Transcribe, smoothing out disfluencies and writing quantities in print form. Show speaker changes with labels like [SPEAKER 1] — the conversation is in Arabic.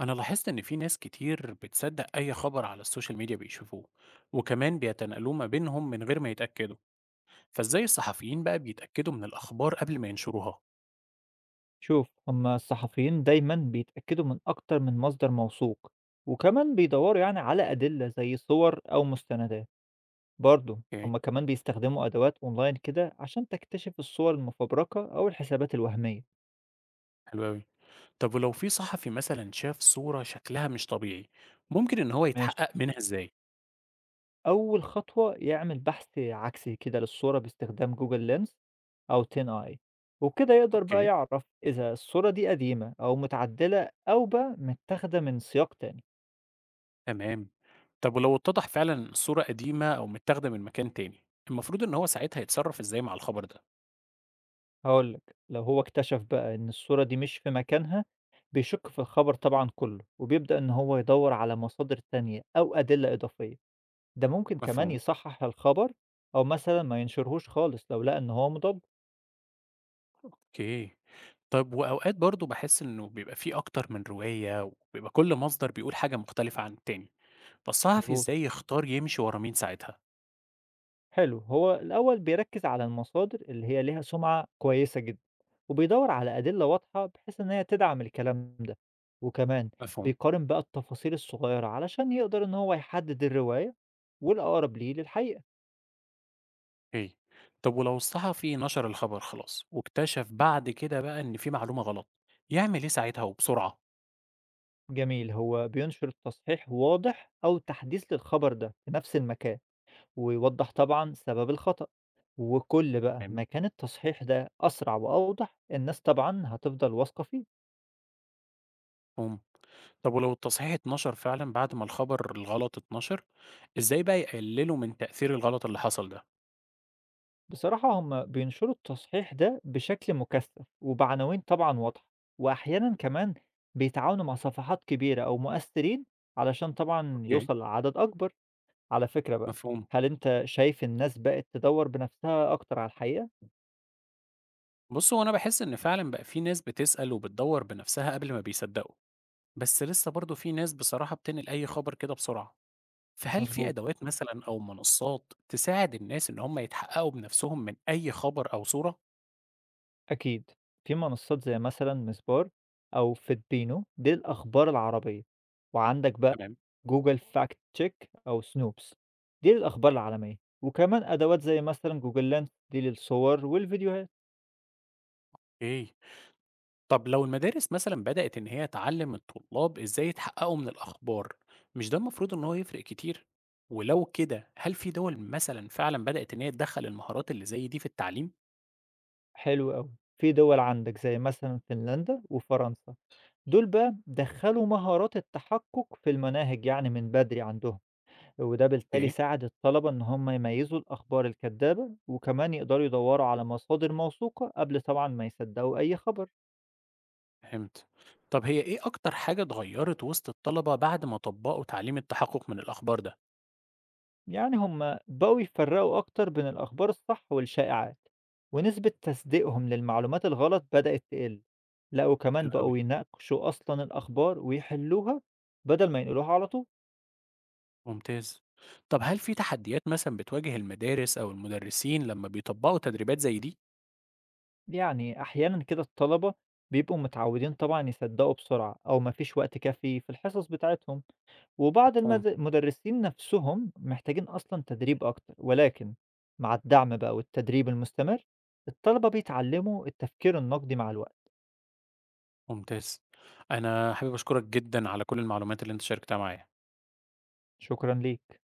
[SPEAKER 1] أنا لاحظت إن في ناس كتير بتصدق أي خبر على السوشيال ميديا بيشوفوه، وكمان بيتنقلوه ما بينهم من غير ما يتأكدوا. فإزاي الصحفيين بقى بيتأكدوا من الأخبار قبل ما ينشروها؟
[SPEAKER 2] شوف، هما الصحفيين دايما بيتأكدوا من أكتر من مصدر موثوق، وكمان بيدوروا يعني على أدلة زي صور أو مستندات. برضه
[SPEAKER 1] اوكي.
[SPEAKER 2] هما كمان بيستخدموا أدوات أونلاين كده عشان تكتشف الصور المفبركة أو الحسابات الوهمية.
[SPEAKER 1] حلو أوي. طب ولو في صحفي مثلا شاف صورة شكلها مش طبيعي، ممكن إن هو
[SPEAKER 2] ماشي،
[SPEAKER 1] يتحقق منها إزاي؟
[SPEAKER 2] أول خطوة يعمل بحث عكسي كده للصورة باستخدام جوجل لينس أو تين آي. وبكده يقدر بقى
[SPEAKER 1] أوكي.
[SPEAKER 2] يعرف إذا الصورة دي قديمة أو متعدلة أو بقى متاخدة من سياق تاني.
[SPEAKER 1] تمام. طب ولو اتضح فعلا إن الصورة قديمة أو متاخدة من مكان تاني، المفروض إن هو ساعتها يتصرف إزاي مع الخبر ده؟
[SPEAKER 2] هاقول لك، لو هو اكتشف بقى إن الصورة دي مش في مكانها، بيشك في الخبر طبعًا كله، وبيبدأ إن هو يدوّر على مصادر تانية أو أدلة إضافية، ده ممكن كمان
[SPEAKER 1] مفهوم؟
[SPEAKER 2] يصحح الخبر أو مثلًا ما ينشرهوش خالص لو لقى إن هو مضاد.
[SPEAKER 1] اوكي. طب وأوقات برضه باحس إنه بيبقى في أكتر من رواية، وبيبقى كل مصدر بيقول حاجة مختلفة عن التاني، فالصحفي
[SPEAKER 2] مضبوط.
[SPEAKER 1] إزاي يختار يمشي ورا مين ساعتها؟
[SPEAKER 2] حلو، هو الأول بيركز على المصادر اللي هي ليها سمعة كويسة جدًا، وبيدوّر على أدلة واضحة بحيث إن هي تدعم الكلام ده، وكمان
[SPEAKER 1] مفهوم.
[SPEAKER 2] بيقارن بقى التفاصيل الصغيرة علشان يقدر إن هو يحدد الرواية والأقرب ليه للحقيقة.
[SPEAKER 1] أوكي. طب ولو الصحفي نشر الخبر خلاص، واكتشف بعد كده بقى إن في معلومة غلط، يعمل إيه ساعتها وبسرعة؟
[SPEAKER 2] جميل، هو بينشر تصحيح واضح أو تحديث للخبر ده في نفس المكان، ويوضح طبعا سبب الخطأ. وكل بقى
[SPEAKER 1] فاهم؟
[SPEAKER 2] ما كان التصحيح ده أسرع وأوضح، الناس طبعا هتفضل واثقة فيه.
[SPEAKER 1] مفهوم. طب ولو التصحيح اتنشر فعلًا بعد ما الخبر الغلط اتنشر، إزاي بقى يقللوا من تأثير الغلط اللي حصل ده؟
[SPEAKER 2] بصراحة، هم بينشروا التصحيح ده بشكل مكثف وبعناوين طبعا واضحة، وأحيانا كمان بيتعاونوا مع صفحات كبيرة أو مؤثرين علشان طبعا
[SPEAKER 1] أوكي،
[SPEAKER 2] يوصل لعدد أكبر. على فكرة بقى،
[SPEAKER 1] مفهوم.
[SPEAKER 2] هل أنت شايف الناس بقت تدور بنفسها أكتر على الحقيقة؟
[SPEAKER 1] بُص هو أنا باحس إن فعلًا بقى في ناس بتسأل وبتدوّر بنفسها قبل ما بيصدقوا. بس لسه برضه في ناس بصراحة بتنقل أي خبر كده بسرعة، فهل في
[SPEAKER 2] مظبوط.
[SPEAKER 1] أدوات مثلًا أو منصات تساعد الناس إن هم يتحققوا بنفسهم من أي خبر أو صورة؟
[SPEAKER 2] أكيد في منصات زي مثلا مسبار أو فيدبينو، دي الأخبار العربية. وعندك بقى
[SPEAKER 1] تمام،
[SPEAKER 2] جوجل فاكت تشيك أو سنوبس، دي للأخبار العالمية. وكمان أدوات زي مثلا جوجل لاند، دي للصور والفيديوهات.
[SPEAKER 1] أوكي. طب لو المدارس مثلًا بدأت إن هي تعلم الطلاب إزاي يتحققوا من الأخبار، مش ده المفروض إن هو يفرق كتير؟ ولو كده هل في دول مثلًا فعلًا بدأت إن هي تدخّل المهارات اللي زي دي في التعليم؟
[SPEAKER 2] حلو أوي، في دول عندك زي مثلا فنلندا وفرنسا، دول بقى دخلوا مهارات التحقق في المناهج يعني من بدري عندهم. وده بالتالي
[SPEAKER 1] أوكي،
[SPEAKER 2] ساعد الطلبة إن هم يميزوا الأخبار الكذابة، وكمان يقدروا يدوروا على مصادر موثوقة قبل طبعا ما يصدقوا أي خبر.
[SPEAKER 1] فهمت. طب هي إيه أكتر حاجة اتغيّرت وسط الطلبة بعد ما طبّقوا تعليم التحقق من الأخبار ده؟
[SPEAKER 2] يعني هم بقوا يفرقوا أكتر بين الأخبار الصح والشائعات، ونسبة تصديقهم للمعلومات الغلط بدأت تقل. لا
[SPEAKER 1] حلو
[SPEAKER 2] وكمان
[SPEAKER 1] أوي.
[SPEAKER 2] بقوا يناقشوا أصلا الأخبار ويحلوها بدل ما ينقلوها على طول.
[SPEAKER 1] ممتاز. طب هل في تحديات مثلا بتواجه المدارس أو المدرسين لما بيطبقوا تدريبات زي دي؟
[SPEAKER 2] يعني أحيانا كده الطلبة بيبقوا متعودين طبعا يصدقوا بسرعة، أو مفيش وقت كافي في الحصص بتاعتهم، وبعض
[SPEAKER 1] مفهوم.
[SPEAKER 2] المدرسين نفسهم محتاجين أصلًا تدريب أكتر، ولكن مع الدعم بقى والتدريب المستمر، الطلبة بيتعلموا التفكير النقدي مع الوقت.
[SPEAKER 1] ممتاز. أنا حابب أشكرك جدا على كل المعلومات اللي أنت شاركتها معايا.
[SPEAKER 2] شكرًا ليك.